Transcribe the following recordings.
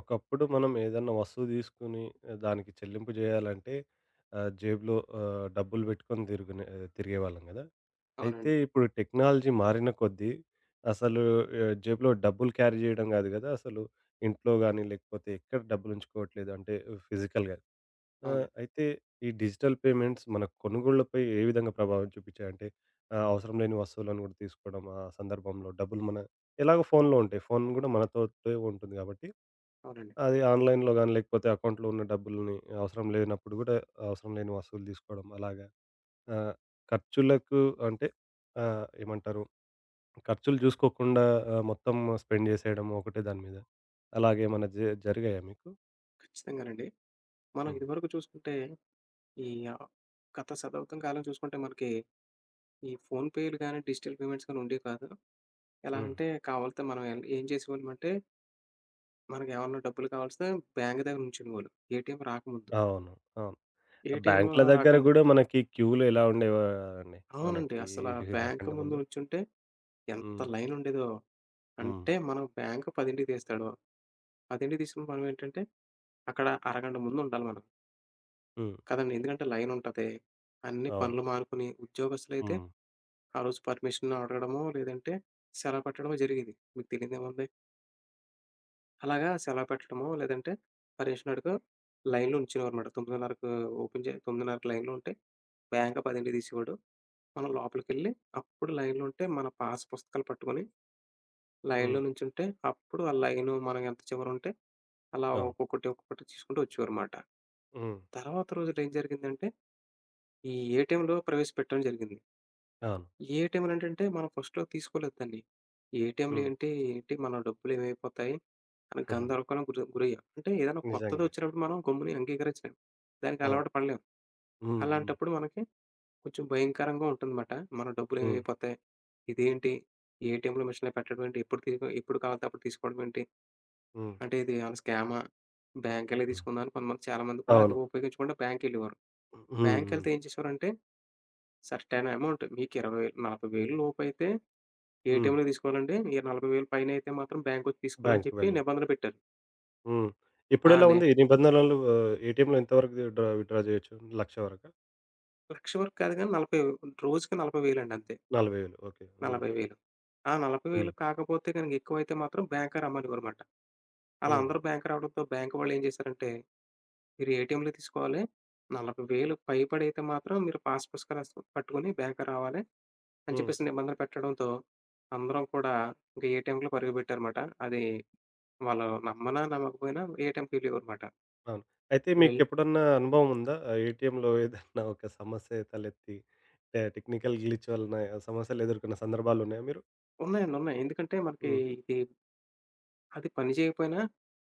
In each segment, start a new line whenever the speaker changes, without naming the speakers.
ఒకప్పుడు మనం ఏదన్నా వస్తువు తీసుకుని దానికి చెల్లింపు చేయాలంటే జేబులో డబ్బులు పెట్టుకొని తిరిగేవాళ్ళం కదా? అయితే
అవునండి.
ఇప్పుడు టెక్నాలజీ మారిన కొద్దీ అసలు జేబులో డబ్బులు క్యారీ చేయడం కాదు కదా, అసలు ఇంట్లో కానీ లేకపోతే ఎక్కడ డబ్బులు ఉంచుకోవట్లేదు అంటే ఫిజికల్గా. ఆ,
అవునండి.
అయితే ఈ డిజిటల్ పేమెంట్స్ మన కొనుగోళ్లపై ఏ విధంగా ప్రభావం చూపించాయంటే అవసరం లేని వస్తువులను కూడా తీసుకోవడం, ఆ సందర్భంలో డబ్బులు మన ఎలాగో ఫోన్లో ఉంటాయి, ఫోన్ కూడా మనతో ఉంటుంది కాబట్టి
అవునండి.
అది ఆన్‌లైన్‌లో గాని, లేకపోతే అకౌంట్‌లో ఉన్న డబ్బుల్ని అవసరం లేనప్పుడు గూడా, అవసరం లేని వస్తువులు తీసుకోవడం అలాగా. ఆహ్, ఖర్చులకు అంటే ఏమంటారు? ఖర్చులు జూసుకోకుండా మొత్తం స్పెండ్ జేసేయడం ఒకటే దాని మీద. అలాగేమన్నా జరిగాయా మీకు?
ఖచ్చితంగానండి. మనం
హ్మ్.
ఇదివరకు చూసుకుంటే, ఈ గత శతాబ్దం కాలం చూసుకుంటే మనకి ఈ ఫోన్ పేలు గాని, డిజిటల్ పేమెంట్స్ గాని ఉండేవి కాదు. ఎలా
హ్మ్.
అంటే కావాలితే మనం ఎల్ ఏం చేసేవాళ్ళమంటే, మనకి ఏమన్నా డబ్బులు కావాలిస్తే బ్యాంక్ దగ్గర నుంచునేవాళ్ళు. ఏటీఎం రాకముందు.
అవును. అవును. ఆ
ఏటీఎం
బ్యాంకుల దగ్గర
రాకము
గూడా మనకి క్యూలు ఎలా ఉండేవో అండి.
అవునండి.
మనకి ఇవి
బ్యాంక్
రాకంటే
ముందు
ముందు.
నుంచుంటే ఎంత
హ్మ్.
లైన్ ఉండేదో.
హ్మ్.
అంటే మనం బ్యాంక్ 10కి తీస్తాడు. 10కి తీసినప్పుడు మనం ఏంటంటే, అక్కడ అరగంట ముందు ఉండాలి మనం.
హ్మ్.
కదండీ! ఎందుకంటే లైనుంటది. అన్ని
అవును.
పనులు మానుకుని ఉద్యోగస్తులైతే
హ్మ్.
ఆ రోజు పర్మిషన్ అడగడమో, లేదంటే సెలవు పెట్టడమో జరిగేది. మీకు తెలీనిదేముంది. అలాగా సెలవు పెట్టడమో, లేదంటే పర్మిషన్ అడుగు లైన్‌లో ఉంచేవారనమాట. 9:30కు ఓపెన్ జే 9:30కి లైన్‌లో ఉంటే బ్యాంక్ 10కి తీసేవాడు. మనం లోపలికెళ్ళి అప్పుడు లైన్‌లో ఉంటే మన పాస్ పుస్తకాలు పట్టుకొని లైన్‌లో
హ్మ్.
నుంచుంటే అప్పుడు ఆ లైను మనం ఎంత చివరుంటే అలా
అవును.
ఒక్కొక్కటి, ఒక్కొక్కటి తీసుకుంటూ వచ్చేవారమాట.
హ్మ్.
తర్వాత రోజున ఏం జరిగిందంటే ఈ ఏటీఎంలు ప్రవేశపెట్టడం జరిగింది.
అవును.
ఏటీఎంలు ఏంటంటే మనం ఫస్ట్‌లో తీసుకోలేదు దాన్ని. ఏటీఎంలు
హ్మ్.
ఏంటి, ఏంటి మన డబ్బులు ఏమైపోతాయి అని గందరగోళం గురయ్యాం. అంటే ఏదైనా కొత్తది
నిజంగా.
వచ్చినప్పుడు మనం గమ్ముని అంగీకరించలేం. దానికి
అవును.
అలవాటు పడలేం.
హ్మ్. హ్మ్.
అలాంటప్పుడు మనకి కొంచెం భయంకరంగా ఉంటుందన్నమాట. మన డబ్బులు
హ్మ్.
ఏమైపోతాయి? ఇదేంటి? ఏటీఎంలో మిషన్‌లో పెట్టడం ఏంటి? ఎప్పుడు కావాలంటే అప్పుడు తీసుకోవడం ఏంటి?
హ్మ్.
అంటే ఇది ఏమైనా స్కామా? బ్యాంకెళ్ళి
హ్మ్.
తీసుకుందాం అని కొంతమంది చాలామంది కూడా అది
అవును.
ఉపయోగించకుండా బ్యాంక్‌కెళ్ళేవారు.
హ్మ్. హ్మ్.
బ్యాంక్‌కెళ్తే ఏం చేసేవారంటే సర్టెయిన్ అమౌంట్ మీకు 20,000 40,000 లోపైతే
హ్మ్.
ఏటీఎంలో తీసుకోవాలండి. ఈ 40,000 పైనైతే మాత్రం బ్యాంకొచ్చి తీసుకోవాలని
బ్యాంక్‌కి
చెప్పి
వెళ్ళాలి.
నిబంధన పెట్టారు.
హ్మ్.
ఆ!
ఇప్పుడెలా ఉంది ఈ నిబంధనలు? ఏటీఎంలో ఎంత వరకు డ్రా విత్‌డ్రా చేయొచ్చు? 1,00,000 వరకా?
లక్ష వరకు కాదు గానీ 40 రోజుకి 40,000 అండి అంతే.
40,000 ఓకే. హ్మ్.
40,000 40,000
హ్మ్.
కాకపోతే గనుక ఎక్కువైతే మాత్రం బ్యాంక్‌కి రమ్మనేవారుమాట. అలా
హ్మ్.
అందరూ బ్యాంక్‌కి రావడంతో బ్యాంక్ వాళ్ళేం చేశారంటే, మీరు ఏటీఎంలో తీసుకోవాలి. 40,000 పైబడైతే మాత్రం మీరు పాస్ పుస్తకాలు అసలు పట్టుకొని బ్యాంక్‌కి రావాలి అని
హ్మ్.
చెప్పేసి నిబంధన పెట్టడంతో, అందరం కూడా ఇంక ఏటీఎంకి పరుగుపెట్టారుమాట. అది వాళ్ళు నమ్మనా నమ్మకపోయినా ఏటీఎంకెళ్ళేవారుమాట.
అవును. అయితే
వెళ్
మీకెప్పుడన్నా అనుభవం ఉందా? ఏటీఎంలో ఏదన్నా ఒక సమస్య తలెత్తి టెక్నికల్ గ్లిచ్ వలన సమస్యలు ఎదుర్కొన్న సందర్భాలున్నాయా మీరు?
ఉన్నాయండి. ఉన్నాయి. ఎందుకంటే మనకి
హ్మ్.
ఇది అది పని చేయకపోయినా,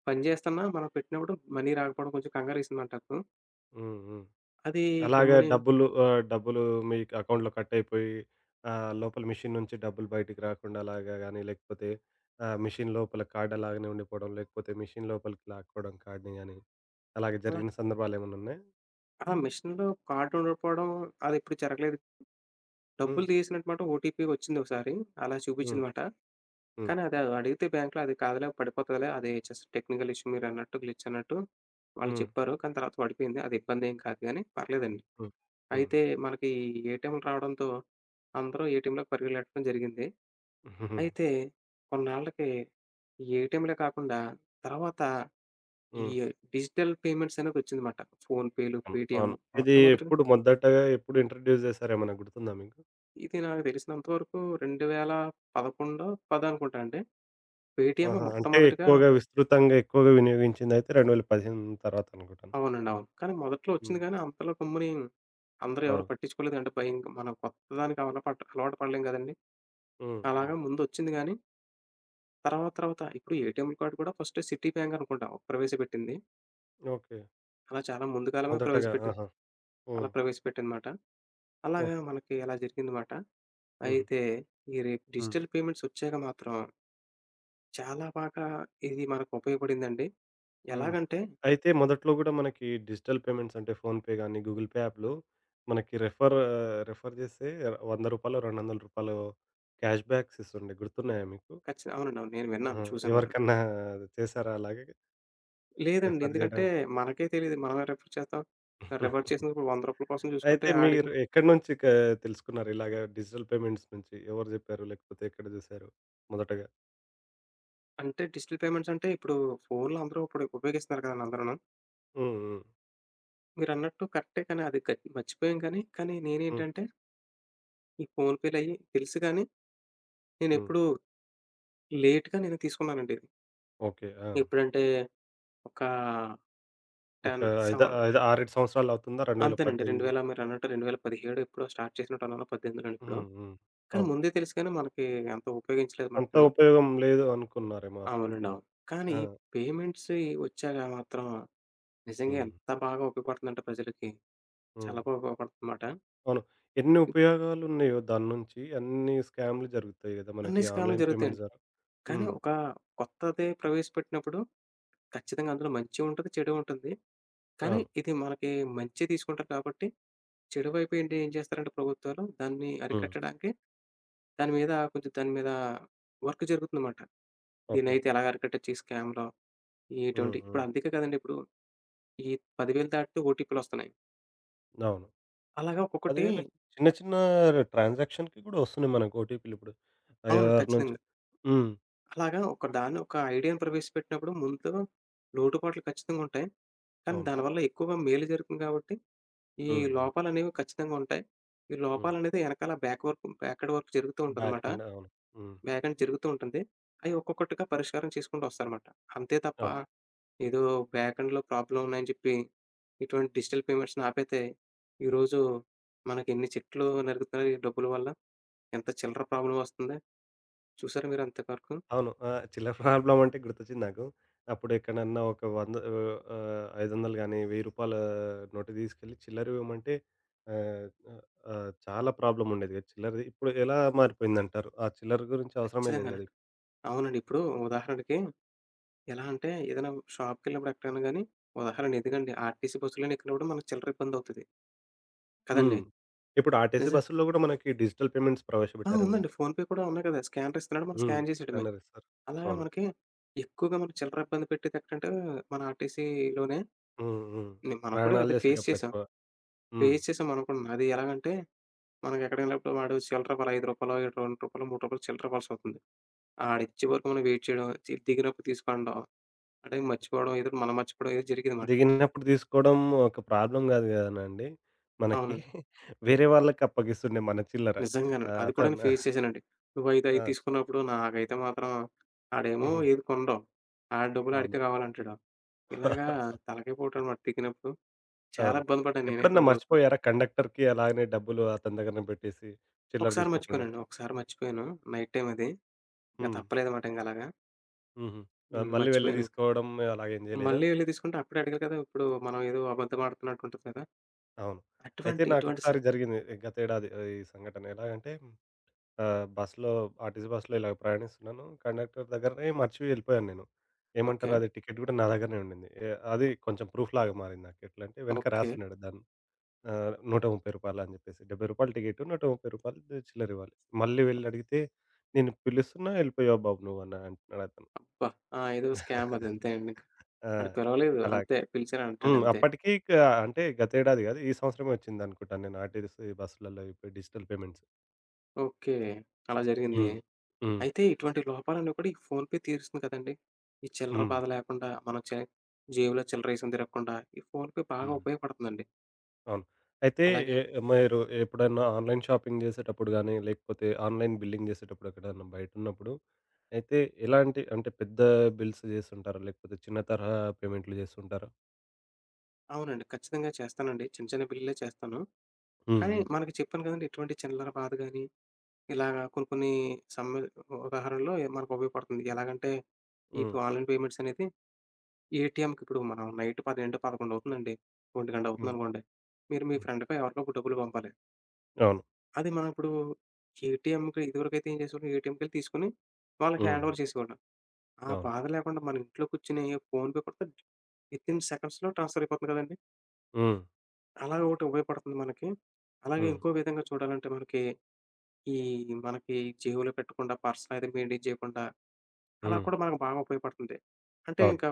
పని చేస్తున్నా మనం పెట్టినప్పుడు మనీ రాకపోవడం కొంచెం కంగారేసిందంటారు.
హ్మ్. హ్మ్.
అది
అలాగా
గమ్ముని
డబ్బులు డబ్బులు మీ అకౌంట్‌లో కట్ అయిపోయి లోపల మెషిన్ నుంచి డబ్బులు బయటికి రాకుండా అలాగా గాని, లేకపోతే మెషిన్ లోపల కార్డ్ అలాగనే ఉండిపోవడం, లేకపోతే మెషిన్ లోపలికి లాక్కోవడం కార్డ్‌ని గాని, అలాగే
అలా
జరిగిన సందర్భాలేమన్నా ఉన్నాయా?
ఆ మెషిన్‌లో కార్డ్ ఉండకపోవడం అదెప్పుడు జరగలేదు.
హ్మ్.
డబ్బులు తీసినట్టు మాట ఓటీపీ వచ్చిందొకసారి. అలా
హ్మ్.
చూపించిందిమాట.
హ్మ్.
కానీ అది అడిగితే బ్యాంక్‌లో అది కాదులే పడిపోతదిలే. అది జస్ట్ టెక్నికల్ ఇష్యూ మీరన్నట్టు గ్లిచ్ అన్నట్టు వాళ్ళు
హ్మ్.
చెప్పారు. కానీ తర్వాత పడిపోయింది. అది ఇబ్బందేం కాదు గానీ పర్లేదండి.
హ్మ్. హ్మ్.
అయితే మనకి ఏటీఎంలు రావడంతో అందరూ ఏటీఎంలోకి పరిగెలెట్టడం జరిగింది. అయితే కొన్నాళ్ళకి ఈ ఏటీఎంలే కాకుండా తర్వాత ఈ
హ్మ్.
డిజిటల్ పేమెంట్స్ అనేది వచ్చిందమాట. ఫోన్‌పేలు,
అవును.
పేటీఎం
అవును. ఇది
మొట్టమొదటిగా
ఎప్పుడు మొదటగా ఎప్పుడు ఇంట్రొడ్యూస్ చేశారో ఏమన్నా గుర్తుందా మీకు?
ఇది నాకు తెలిసినంత వరకు 2011, 10 అనుకుంటా అండి. పేటీఎం
ఆహా! అంటే
మొట్టమొదటిగా
ఎక్కువగా విస్తృతంగా ఎక్కువగా వినియోగించిందయితే 2015 తర్వాత అనుకుంటాను.
అవునండి. అవును. కానీ మొదట్లో వచ్చింది
హ్మ్.
కానీ అంతలో గమ్ముని అందరూ ఎవరు
అవును.
పట్టించుకోలేదు. అంటే భయం మనం కొత్తదానికి అలవాటు పడలేం కదండీ!
హ్మ్.
అలాగా
హ్మ్.
ముందొచ్చింది గానీ తర్వాత తర్వాత ఇప్పుడు ఏటీఎం కార్డ్ కూడా ఫస్ట్ సిటీ బ్యాంక్ అనుకుంటా ప్రవేశపెట్టింది.
ఓకే.
అలా చాలా ముందు కాలమే
మొదటగా.
ప్రవేశపెట్టింది.
ఆహా!
అలా
హ్మ్.
ప్రవేశపెట్టానమాట. అలాగా
ఓకే.
మనకి అలా జరిగిందమాట.
హుహు.
అయితే ఈ రేపు
హ్మ్.
డిజిటల్ పేమెంట్స్ వచ్చాక మాత్రం చాలా బాగా ఇది మనకు ఉపయోగపడిందండి.
హ్మ్.
ఎలాగంటే
అయితే మొదట్లో గూడా మనకి డిజిటల్ పేమెంట్స్ అంటే ఫోన్‌పే గానీ, గూగుల్ పే యాప్‌లు మనకి రెఫర్ రెఫర్ జేస్తే రూ. 100, రూ. 200 క్యాష్ బ్యాక్స్ ఇస్తుండే. గుర్తున్నాయా మీకు?
అవునండి. అవును. నేను
ఆ!
విన్నాను. చూసాను కూడా.
ఎవరికన్నా చేశారా అలాగే
లేదండి.
రెఫర్
ఎందుకంటే
జేయడం?
మనకే తెలీదు. మనమే రిఫర్ చేస్తాం. రిఫర్ చేసినప్పుడు రూ. 100 కోసం చూసుకుంటే
అయితే
ఆడికి
మీరు ఎక్కడి నుంచి తెలుసుకున్నారు ఇలాగ డిజిటల్ పేమెంట్స్ నుంచి? ఎవరు జెప్పారు? లేకపోతే ఎక్కడ జూసారు మొదటగా?
అంటే డిజిటల్ పేమెంట్స్ అంటే ఇప్పుడు ఫోన్‌లో అందరూ ఇప్పుడు ఉపయోగిస్తున్నారు కదండీ అందరూను.
హ్మ్. హ్మ్.
మీరన్నట్టు కరెక్టే కానీ అది గ మర్చిపోయాం కానీ,
హ్మ్.
నేనేంటంటే ఈ ఫోన్‌పే‌లయ్యి తెలుసు గానీ
హ్మ్.
నేనెప్పుడు లేట్‌గా నేను తీసుకున్నానండి. ఇది.
ఓకే. ఆ!
ఎప్పుడంటే ఒక
ఒక
10 సెవ
ఐద ఐద 6, 7 సంవత్సరాలవుతుందా?
అంతేనండి.
2018.
2000 మీరన్నట్టు 2017 ఎప్పుడో స్టార్ట్ చేసినట్టున్నాను. 18లోను ఎప్పుడో.
హ్మ్. హ్మ్.
కానీ
అవును.
ముందే తెలుసు గానీ మనకి అంత ఉపయోగించలేదు
అంత
మట్టును.
ఉపయోగం లేదు అనుకున్నారేమో అప్పుడు.
అవునండి. అవును. కానీ
ఆ!
పేమెంట్స్ ఇయి వచ్చాక మాత్రం నిజంగా
హ్మ్.
ఎంత బాగా ఉపయోగపడుతుందంటే ప్రజలకి చాలా
హ్మ్.
బాగా ఉపయోగపడుతుందన్నమాట.
అవును. ఎన్ని
ఇప్పుడు
ఉపయోగాలున్నాయో దాని నుంచి అన్ని స్కామ్‌లు జరుగుతాయి గదా!
అన్ని
మనకి
స్కామ్‌లు
ఆన్‌లైన్
జరుగుతాయండి.
పేమెంట్స్ ద్వారా.
కానీ
హ్మ్.
ఒక కొత్తది ప్రవేశపెట్టినప్పుడు ఖచ్చితంగా అందులో మంచి ఉంటది, చెడు ఉంటుంది. కానీ
అవును.
ఇది మనకి మంచి తీసుకుంటారు కాబట్టి చెడు వైపు ఏంటి ఏం చేస్తారంటే ప్రభుత్వాలు దాన్ని
హ్మ్.
అరికట్టడానికి దాని మీద వర్క్ జరుగుతుందన్నమాట.
ఓకే.
దీన్నైతే ఎలాగ అరికట్టొచ్చు ఈ స్కామ్‌లో ఎటువంటి
హ్మ్.
ఇప్పుడు
హ్మ్.
అందుకే కదండీ ఇప్పుడు ఈ 10,000 దాటితే ఓటీపీలు వస్తున్నాయి.
అవును.
అలాగా
అది
ఒక్కొక్కటి
వీళ్ళకి చిన్న చిన్న ట్రాన్సాక్షన్‌కి గూడా వస్తున్నాయి మనకు ఓటీపీలిప్పుడు.
అవునండి.
ఎవరి నుంచి?
ఖచ్చితంగా.
హ్మ్.
అలాగా ఒక దాన్ని ఒక ఐడియాను ప్రవేశపెట్టినప్పుడు ముందు లోటుపాట్లు ఖచ్చితంగా ఉంటాయి. కానీ
అవును.
దానివల్ల ఎక్కువగా మేలు జరుగుతుంది కాబట్టి ఈ
హ్మ్. హ్మ్.
లోపాలనేవి ఖచ్చితంగా ఉంటాయి. ఈ
హ్మ్.
లోపాలనేది ఎనకాల బ్యాక్‌వర్డ్ వర్క్ జరుగుతూ
బ్యాక్
ఉంటదన్నమాట.
ఎండ్, అవును. హ్మ్.
వేగం జరుగుతూ ఉంటుంది. అయి ఒక్కొక్కటిగా పరిష్కారం చేసుకుంటూ వస్తారన్నమాట. అంతే తప్ప
అవును.
ఏదో బ్యాకెండ్‌లో ప్రాబ్లమ్ ఉన్నాయని చెప్పి, ఇటువంటి డిజిటల్ పేమెంట్స్‌ని ఆపేతే, ఈరోజు మనకి ఎన్ని చెట్లు నరుగుతున్నాయి ఈ డబ్బుల వల్ల. ఎంత చిల్లర ప్రాబ్లమ్ వస్తుంది. చూసారా మీరు అంతవరకు?
అవును. ఆ! చిల్లర ప్రాబ్లమ్ అంటే గుర్తొచ్చింది నాకు. అప్పుడు ఎక్కడన్నా ఒక 100, 500 గాని, రూ. 1000 నోటు తీసుకెళ్ళి చిల్లర ఇవ్వమంటే ఆహ్, ఆహ్, ఆహ్, చాలా ప్రాబ్లమ్ ఉండేది కదా! చిల్లరది. ఇప్పుడు ఎలా మారిపోయిందంటారు? ఆ చిల్లర గురించి అవసరమే లేదు కదా!
ఖచ్చితంగానండి. అవునండి. ఇప్పుడు ఉదాహరణకి ఎలా అంటే ఏదైనా షాప్‌కెళ్ళినప్పుడు ఎక్కడైనా గాని ఉదాహరణ ఎందుకండి ఆర్టీసీ బస్సులోనే ఎక్కినప్పుడు మనకు చిల్లర ఇబ్బందవుతది. కదండీ!
హ్మ్. ఇప్పుడు ఆర్‌టీసీ
నిజం
బస్సుల్లో కూడా మనకి డిజిటల్ పేమెంట్స్
ఆ!
ప్రవేశపెట్టారేమో
ఉందండి.
కదా!
ఫోన్‌పే కూడా ఉన్నాయి కదా! స్కానర్ ఇస్తున్నాడు. మనం
హ్మ్.
స్కాన్ చేసేయడమే.
స్కానర్ ఇస్తారు.
అలాగే
అవును.
మనకి ఎక్కువగా మనకి చిల్లర ఇబ్బంది పెట్టేది ఎక్కడంటే మన ఆర్‌టీసీలోనే
హ్మ్. హ్మ్.
మనం కూడా
ప్రయాణాలు
అది ఫేస్
చేసేటప్పుడు
చేసాం.
ఎక్కువ. హ్మ్.
ఫేస్ చేసాం మనం కూడాను. అది ఎలాగంటే మనకి ఎక్కడికెళ్ళినప్పుడు వాడు చిల్లర ఇవ్వాలి రూ. 5, రూ. 2, రూ. 3 చిల్లర ఇవ్వాల్సొస్తుంది. ఆడిచ్చే వరకు మనం వెయిట్ చేయడం, దిగినప్పుడు తీసుకోనడం, అంటే మర్చిపోవడం ఏదో మనం మర్చిపోవడం ఏదో జరిగేదన్నమాట.
దిగినప్పుడు తీసుకోవడం ఒక ప్రాబ్లమ్ గాదు గదనండి. మనకి
అవునండి.
వేరే వాళ్ళకి అప్పగిస్తుండే మన చిల్లర.
నిజంగానే.
ఆ!
అది కూడా నేను
అతను.
ఫేస్ చేశానండి. నువ్వు 5
ఆ!
తీసుకున్నప్పుడు నాకైతే మాత్రం ఆడేమో
హుహు.
ఏది కొనడు. ఆడి డబ్బులు
అవును.
ఆడికే కావాలంటాడు. ఇలాగా తలకాయ పోటన్నమాట తిరిగినప్పుడు. చాలా
అవును.
ఇబ్బంది పడ్డాను నేనైతే
ఎప్పుడన్నా
ఓ రోజు.
మర్చిపోయారా కండక్టర్‌కి అలాగనే డబ్బులు అతని దగ్గరనే పెట్టేసి చిల్లర
ఒకసారి
తీసుకోకుండా?
మర్చిపోయానండి. ఒకసారి మర్చిపోయాను. నైట్ టైమ్ అది. ఇంక
హ్మ్.
తప్పలేదమాట ఇంకలాగా.
హుహు. ఆ!
హ్మ్.
మళ్ళీ వెళ్లి
మర్చిపోయానింక.
తీసుకోవడం అలాగేం జేయలేదా?
మళ్ళీ ఎళ్లి తీసుకుంటే అప్పుడే అడిగారు కదా! ఇప్పుడు మనం ఏదో అబద్ధం ఆడుతున్నట్టు ఉంటది కదా!
అవును. అయితే
అటువంటి ఇటువంటి స
నాకొకసారి జరిగింది గతేడాది ఈ సంఘటన. ఎలాగంటే ఆ! బస్‌లో, ఆర్‌టీసీ బస్‌లో ఇలాగ ప్రయాణిస్తున్నాను. కండక్టర్ దగ్గరనే మర్చి వెళ్ళిపోయాను నేను.
ఓకే.
ఏమంటారు, అది టికెట్ గూడా నా దగ్గరనే ఉండింది. అది కొంచెం ప్రూఫ్‌లాగా మారింది నాకు. ఎట్లా అంటే వెనక
ఓకే.
రాసున్నాడు దాన్ని రూ. 130 అని చెప్పేసి. రూ. 70 టికెటు, రూ. 130 చిల్లర ఇవ్వాలి. మళ్ళీ వెళ్లి అడిగితే, "నేను పిలుస్తున్నా వెళ్ళిపోయావు బాబు నువ్వు" అని అంటున్నాడు అతను.
అబ్బా! ఆ! ఏదో స్కామ్ అది అంతే అండి ఇంక.
ఆ!
ఆడు పిలవలేదు.
అలా.
అంతే. పిలిచాను
హ్మ్.
అంటాడంతే.
అప్పటికి ఇక, అంటే గతేడాది కాదు, ఈ సంవత్సరమే వచ్చిందనుకుంటాను నేను ఆర్‌టీసీ బస్సులలో ఇప్పుడు డిజిటల్ పేమెంట్స్.
ఓకే. అలా జరిగింది.
హ్మ్. హ్మ్.
అయితే ఇటువంటి లోపాలన్నీ కూడా ఈ ఫోన్‌పే తీరుస్తుంది కదండీ! ఈ చిల్లర
హ్మ్.
బాధ లేకుండా మనం చే జేబులో చిల్లరేసుకొని తిరగకుండా ఈ ఫోన్‌పే బాగా
హ్మ్.
ఉపయోగపడుతుందండి.
అవును. అయితే
అలాగే
ఎ మీరు ఎప్పుడన్నా ఆన్‌లైన్ షాపింగ్ జేసేటప్పుడు గానీ, లేకపోతే ఆన్‌లైన్ బిల్లింగ్ జేసేటప్పుడు ఎక్కడన్నా బయటున్నప్పుడు, అయితే ఎలాంటి, అంటే పెద్ద బిల్స్ జేస్తుంటారా? లేకపోతే చిన్న తరహా పేమెంట్లు జేస్తుంటారా?
అవునండి. ఖచ్చితంగా చేస్తానండి. చిన్న చిన్న బిల్లులే చేస్తాను. కానీ
హ్మ్.
మనకి చెప్పాను కదండీ! ఇటువంటి చిల్లర బాధ గాని, ఇలాగా కొన్ని కొన్ని సమ్మె ఉదాహరణలో మనకు ఉపయోగపడుతుంది. ఎలాగంటే,
హ్మ్. హ్మ్.
ఇప్పుడు ఆన్‌లైన్ పేమెంట్స్ అనేది ఏటీఎంకి ఇప్పుడు మనం నైట్ 12, 11 అవుతుందండి. ఒంటి గంట
హ్మ్.
అవుతుందనుకోండి. మీరు మీ
హ్మ్.
ఫ్రెండ్‌కో ఎవరికో ఇప్పుడు డబ్బులు పంపాలి.
అవును.
అది మనం ఇప్పుడు ఏటీఎంకి ఇదివరకైతే ఏం చేసేవాళ్ళం ఏటీఎంకెళ్ళి తీసుకొని వాళ్ళకి హ్యాండ్
హ్మ్.
ఓవర్ చేసేవాళ్ళం. ఆ
అవును.
బాధ లేకుండా మన ఇంట్లో కూర్చొని ఫోన్‌పే కొడితే వితిన్ సెకండ్స్‌లో ట్రాన్స్‌ఫర్ అయిపోతుంది కదండీ!
హ్మ్.
అలాగ ఒకటి ఉపయోగపడుతుంది మనకి. అలాగే
హ్మ్.
ఇంకో విధంగా చూడాలంటే మనకి ఈ మనకి జేబులో పెట్టకుండా, పర్సనయితే మెయింటైన్ చేయకుండా, అలా
హ్మ్.
కూడా మనకు బాగా ఉపయోగపడుతుంది. అంటే
అవును.
ఇంకా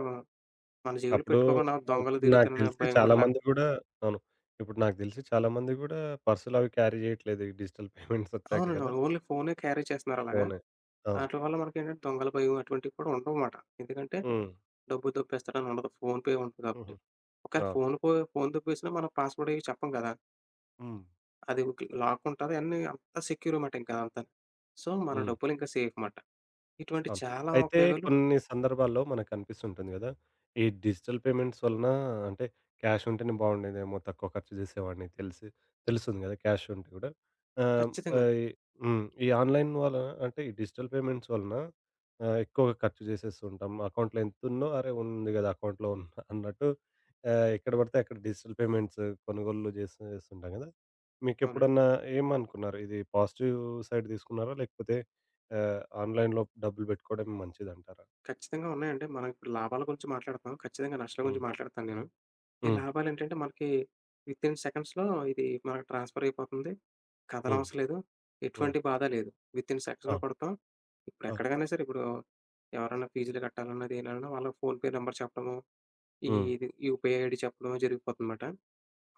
మన జేబులో
అప్పుడు
పెట్టుకోకుండా దొంగలు
ఇప్పుడు నాకు
తిరుగుతారనే
తెలిసి
భయం
చాలా
కూడా
మంది గూడా. అవును. ఇప్పుడు నాకు తెలిసి చాలా మంది గూడా పర్సులవి క్యారీ జేయట్లేదు. ఈ డిజిటల్ పేమెంట్స్ ఒచ్చాక
అవునండి.
గదా!
అవును. ఓన్లీ ఫోనే క్యారీ చేస్తున్నారు అలాగా.
ఫోనే. అవును.
ఆటిల వల్ల మనకేంటంటే దొంగల భయం అటువంటివి కూడా ఉండవుమాట. ఎందుకంటే
హ్మ్.
డబ్బు దొబ్బేస్తాడని ఉండదు. ఫోన్ పే ఉంటుంది కాబట్టి.
హుహు.
ఒకవేళ
అవును.
ఫోన్ దొబ్బేసినా మనం పాస్‌వర్డ్ అయ్యి చెప్పం కదా!
హ్మ్.
అది ఒక లాక్ ఉంటది. అన్నీ అంతా సెక్యూర్ మాట ఇంకా అదంతాను. సో, మన
హ్మ్.
డబ్బులు ఇంకా సేఫ్ మాట. ఇటువంటి
అవును.
చాలా
అయితే
ఉపయోగాలు
కొన్ని సందర్భాల్లో మనకనిపిస్తుంటుంది గదా! ఈ డిజిటల్ పేమెంట్స్ వలన, అంటే క్యాష్ ఉంటేనే బాగుండేదేమో, తక్కువ ఖర్చు చేసేవాడిని, తెలిసి తెలుస్తుంది గదా! క్యాష్ ఉంటే గూడా. ఆహ్,
ఖచ్చితంగా.
ఆహ్, ఈ హ్మ్. ఈ ఆన్‌లైన్ వలన, అంటే ఈ డిజిటల్ పేమెంట్స్ వలన ఎక్కువగా ఖర్చు చేసేస్తూ ఉంటాం. అకౌంట్‌లో ఎంతుందో, అరే! ఉంది గదా! అకౌంట్‌లో ఉన్న అన్నట్టు ఎక్కడ పడితే అక్కడ డిజిటల్ పేమెంట్స్ కొనుగోళ్ళు చేసేస్తుంటాం గదా!
అవునండి.
మీకెప్పుడన్నా ఏమనుకున్నారు? ఇది పాజిటివ్ సైడ్ తీసుకున్నారా? లేకపోతే ఆన్‌లైన్‌లో డబ్బులు పెట్టుకోవడం మంచిదంటారా?
ఖచ్చితంగా ఉన్నాయండి. మనం ఇప్పుడు లాభాల గురించి మాట్లాడుతున్నాం. ఖచ్చితంగా నష్టాల
హ్మ్.
గురించి మాట్లాడతాను నేను. ఈ
హ్మ్.
లాభాలేంటంటే మనకి వితిన్ సెకండ్స్‌లో ఇది మనకు ట్రాన్స్‌ఫర్ అయిపోతుంది.
హ్మ్.
కదలవసరం లేదు.
హ్మ్.
ఎటువంటి బాధ లేదు. వితిన్ సెకండ్స్‌లో
అవును.
కొడతాం. ఇప్పుడు
అవును.
ఎక్కడికైనా సరే ఇప్పుడు ఎవరైనా ఫీజులు కట్టాలన్నా, దేనిలన్నా వాళ్ళకి ఫోన్‌పే నంబర్ చెప్పడము, ఈ
హ్మ్.
ఇది యూపీఐ ఐడీ చెప్పడం జరిగిపోతుందన్నమాట.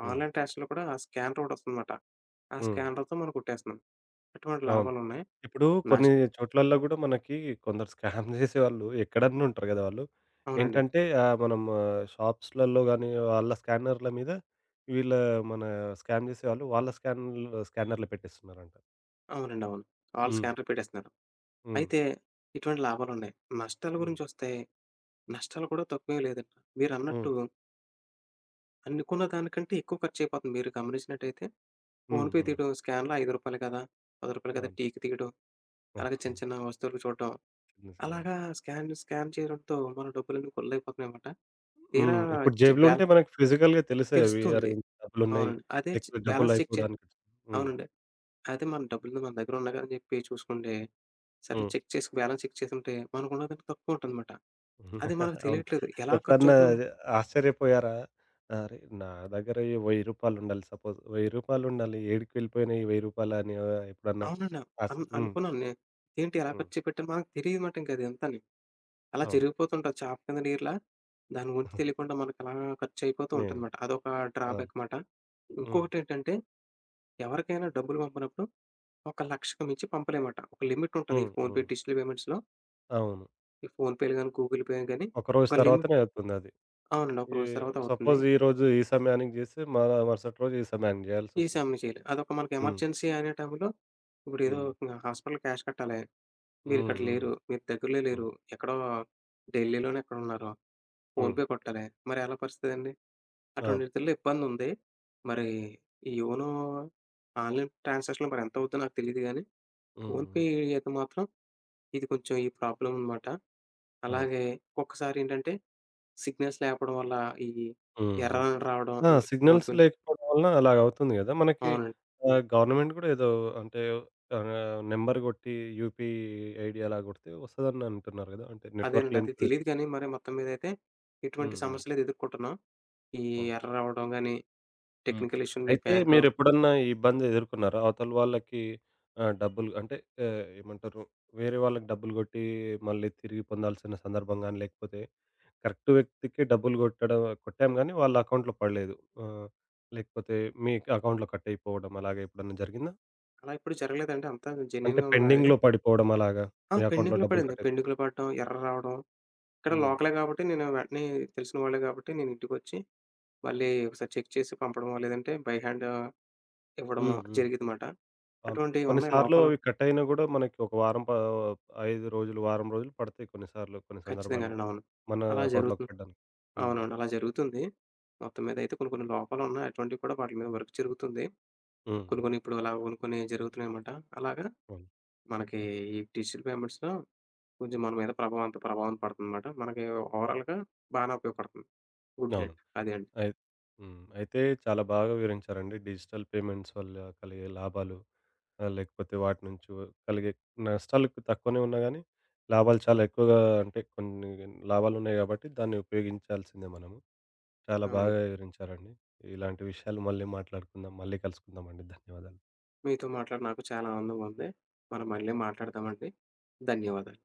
హ్మ్.
ఆన్‌లైన్ ట్రాన్సాక్షన్‌లో కూడా ఆ స్కానర్ ఒకటొస్తుందన్నమాట. ఆ
హ్మ్.
స్కానర్‌తో మనం కొట్టేస్తున్నాం. అటువంటి
అవును.
లాభాలున్నాయి.
ఇప్పుడు కొన్ని
నష్
చోట్లల్లో గూడా మనకి కొందరు స్కామ్ చేసేవాళ్ళు ఎక్కడన్నా ఉంటారు గదా! వాళ్ళు.
అవునండి.
ఏంటంటే మనం షాప్స్‌లలో గానీ, వాళ్ళ స్కానర్ల మీద, వీళ్ళ మన, స్కామ్ చేసేవాళ్ళు వాళ్ళ స్కానర్లు స్కానర్లు పెట్టేస్తున్నారంట.
అవునండి. అవును. ఆళ్ళు
హ్మ్.
స్కానర్‌లు పెట్టేస్తున్నారు.
హ్మ్.
అయితే ఇటువంటి లాభాలున్నాయి. నష్టాల
హ్మ్.
గురించొస్తే, నష్టాలు కూడా తక్కువేం లేదండి.
హ్మ్.
మీరన్నట్టు అనుకున్న దానికంటే ఎక్కువ ఖర్చయిపోతుంది. మీరు గమనించినట్టయితే
హ్మ్.
ఫోన్‌పే
హ్మ్.
తీయడం, స్కాన్‌లో రూ. 5 కదా, రూ. 10 కదా
అవును.
టీకి తీయడం, అలాగే చిన్న
అవును.
చిన్న వస్తువులు చూడటం.
చిన్న చిన్న.
అలాగా స్కాన్ స్కాన్ చేయడంతో మన డబ్బులన్నీ కొల్లైపోతున్నాయన్నమాట. తీరా
హ్మ్. ఇప్పుడు జేబులో ఉంటే
బ్యాలెన్స్
మనకు ఫిజికల్‌గా తెలిసాయి అవి.
తెలుస్తుంది.
అరే! ఇంత డబ్బులున్నాయి.
అవునండి. అదే చె
లేకపోతే డబ్బులు
బ్యాలెన్స్ చెక్ చే
అయిపోవడానికి. హ్మ్.
అవునండి. అయితే మన డబ్బులు మన దగ్గర ఉన్నాయి కదా అని చెప్పి చూసుకుంటే, సర్లే
హ్మ్.
చెక్ చేసి బ్యాలెన్స్ చెక్ చేసుంటే మనకున్నదానికి తక్కువ ఉంటుందన్నమాట. అది మనకు
అవును.
తెలియట్లేదు. ఎలా
ఎప్పుడన్నా
ఖర్చవుతుందో
అది ఆశ్చర్యపోయారా? అరే! నా దగ్గర రూ. 1000 ఉండాలి, సపోజ్ రూ. 1000 ఉండాలి. ఏడికి వెళ్ళిపోయినాయి రూ. 1000 అని ఎప్పుడన్నా
అవునండి.
హ్మ్.
అనుకున్నాను నేను. ఏంటి ఎలా
హ్మ్.
ఖర్చు పెట్టాను మనకు తెలీదన్నమాట ఇంక అది అంతాని. అలా
అవును.
జరిగిపోతుంటది చాప కింద నీరులా. దాని గురించి తెలియకుండా మనకు అలా ఖర్చు అయిపోతూ
నే
ఉంటుందన్నమాట. అదొక
అవును.
డ్రాబ్యాక్ మాట.
హ్మ్.
ఇంకొకటేంటంటే ఎవరికైనా డబ్బులు పంపనప్పుడు ఒక లక్షకు మించి పంపలేమట. ఒక లిమిట్ ఉంటది ఈ
హ్మ్.
ఫోన్‌పే
హ్మ్.
డిజిటల్ పేమెంట్స్‌లో.
అవును.
ఈ ఫోన్‌పేలు గాని, గూగుల్ పే గాని
ఒకరోజు
ఒక లిమిట్
తర్వాతనే అవుతుందది.
అవునండి. ఒక
ఈ,
రోజు తర్వాత అవుతుంది.
సపోజ్ ఈరోజు ఈ సమయానికి జేస్తే, మరుసటి రోజు ఈ సమయానికి
ఈ
జేయాల్సొస్తది.
సెవెన్‌కి చేయాలి. అదొక మనకి
హ్మ్.
ఎమర్జెన్సీ అనే టైంలో ఇప్పుడేదో
హ్మ్.
ఇంగ హాస్పిటల్ క్యాష్ కట్టాలి.
హ్మ్.
మీరిక్కడ
హ్మ్.
లేరు. మీరు దగ్గరలో
హ్మ్.
లేరు. ఎక్కడో ఢిల్లీలోనో ఎక్కడున్నారు.
హ్మ్.
ఫోన్‌పే కొట్టాలి. మరి ఎలా పరిస్థితండి?
అవును.
అటువంటిటిల్లో ఇబ్బందుంది. మరి ఈ యోనో ఆన్‌లైన్ ట్రాన్సాక్షన్‌లో మరెంతవుద్దో నాకు తెలీదు గానీ,
హ్మ్. హ్మ్.
ఫోన్‌పే అయితే మాత్రం ఇది కొంచెం ఈ ప్రాబ్లమ్ అనమాట.
అవును.
అలాగే ఒక్కొక్కసారేంటంటే సిగ్నల్స్ లేకపోవడం వల్ల ఈ
హ్మ్. హ్మ్.
ఎర్రర్ రావడం
ఆ!
ఇవి
సిగ్నల్స్
ఫోన్‌పే‌లో
లేకపోవడం వలన అలాగవుతుంది గదా! మనకి
అవునండి.
గవర్నమెంట్ గూడా ఏదో, అంటే నంబర్ గొట్టి యూపీ ఐడీ అలా గొడితే వస్తదని అంటున్నారు గదా! అంటే నెట్వర్క్
అదేనండి. అది
లేని ప్రదేశం.
తెలీదు గానీ, మరి మొత్తం మీదైతే ఎటువంటి
హ్మ్. హ్మ్.
సమస్యలైతే ఎదుర్కొంటున్నాం. ఈ
అవును.
ఎర్రర్ అవ్వడం గానీ,
హ్మ్.
టెక్నికల్ ఇష్యూ మీ
అయితే
బ్యాంకు
మీరెప్పుడన్నా ఈ ఇబ్బంది ఎదుర్కొన్నారా? అవతల వాళ్ళకి డబ్బులు, అంటే ఏమంటారు? వేరే వాళ్ళకి డబ్బులు గొట్టి మళ్ళీ తిరిగి పొందాల్సిన సందర్భం గాని, లేకపోతే కరెక్ట్ వ్యక్తికి డబ్బులు గొట్టడం, కొట్టాం గానీ వాళ్ళ అకౌంట్‌లో పడలేదు. ఆహ్, లేకపోతే మీ అకౌంట్‌లో కట్టయిపోవడం అలాగా ఎప్పుడన్నా జరిగిందా?
అలా ఎప్పుడు జరగలేదండి. అంతా
అంటే
జెన్యూన్‌గా ఉందా అది?
పెండింగ్‌లో పడిపోవడం అలాగా?
ఆ!
మీ అకౌంట్‌లో
పెండింగ్‌లో
డబ్బులు
పడింది.
కట్టే.
పెండింగ్‌లో పడటం, ఎర్రర్ రావడం. ఇక్కడ
హ్మ్.
లోకలే కాబట్టి నేను వెంటనే తెలిసిన వాళ్ళే కాబట్టి నేను ఇంటికొచ్చి మళ్ళీ ఒకసారి చెక్ చేసి పంపడమో, లేదంటే బై హ్యాండ్ ఇవ్వడమో
హ్మ్. హ్మ్.
జరిగిదమాట.
అవును.
అటువంటివి
కొన్ని
ఉన్నాయి
సార్లు
లోపాలు.
అవి కట్టయినా గూడా మనకి ఒక వారం 5 రోజులు, వారం రోజులు పడతాయి కొన్ని సార్లు, కొన్ని సందర్భాల్లో.
ఖచ్చితంగానండి. అవును.
మన
అలా
అకౌంట్‌లోకి
జరుగుతుంది.
పడ్డానికి. హ్మ్.
అవునవును. అలా జరుగుతుంది. మొత్తం మీద అయితే కొన్ని కొన్ని లోపాలున్నాయి. అటువంటివి కూడా వాటి మీద వర్క్ జరుగుతుంది.
హ్మ్.
కొన్ని
హ్మ్.
కొన్ని ఇప్పుడు అలా కొన్ని కొన్ని జరుగుతున్నాయన్నమాట. అలాగా
అవును.
మనకి ఈ డిజిటల్ పేమెంట్స్‌లో కొంచెం మన మీద ప్రభావం అంత ప్రభావం పడుతుందన్నమాట. మనకి ఓవరాల్‌గా బానే ఉపయోగపడుతుంది. గుడ్
అవును.
నైట్. అదే అండి.
అయి హ్మ్. అయితే చాలా బాగా వివరించారండి. డిజిటల్ పేమెంట్స్ వల్ల కలిగే లాభాలు, లేకపోతే వాటి నుంచి కలిగే నష్టాలు తక్కువనే ఉన్నా గానీ, లాభాలు చాలా ఎక్కువగా, అంటే కొన్ని లాభాలున్నాయి గాబట్టి దాన్ని ఉపయోగించాల్సిందే మనము. చాలా
అవునండి.
బాగా వివరించారండి. ఇలాంటి విషయాలు మళ్ళీ మాట్లాడుకుందాం. మళ్ళీ కలుసుకుందామండి. ధన్యవాదాలు.
మీతో మాట్లాడి నాకు చాలా ఆనందంగా ఉంది. మనం మళ్ళీ మాట్లాడదామండి. ధన్యవాదాలు.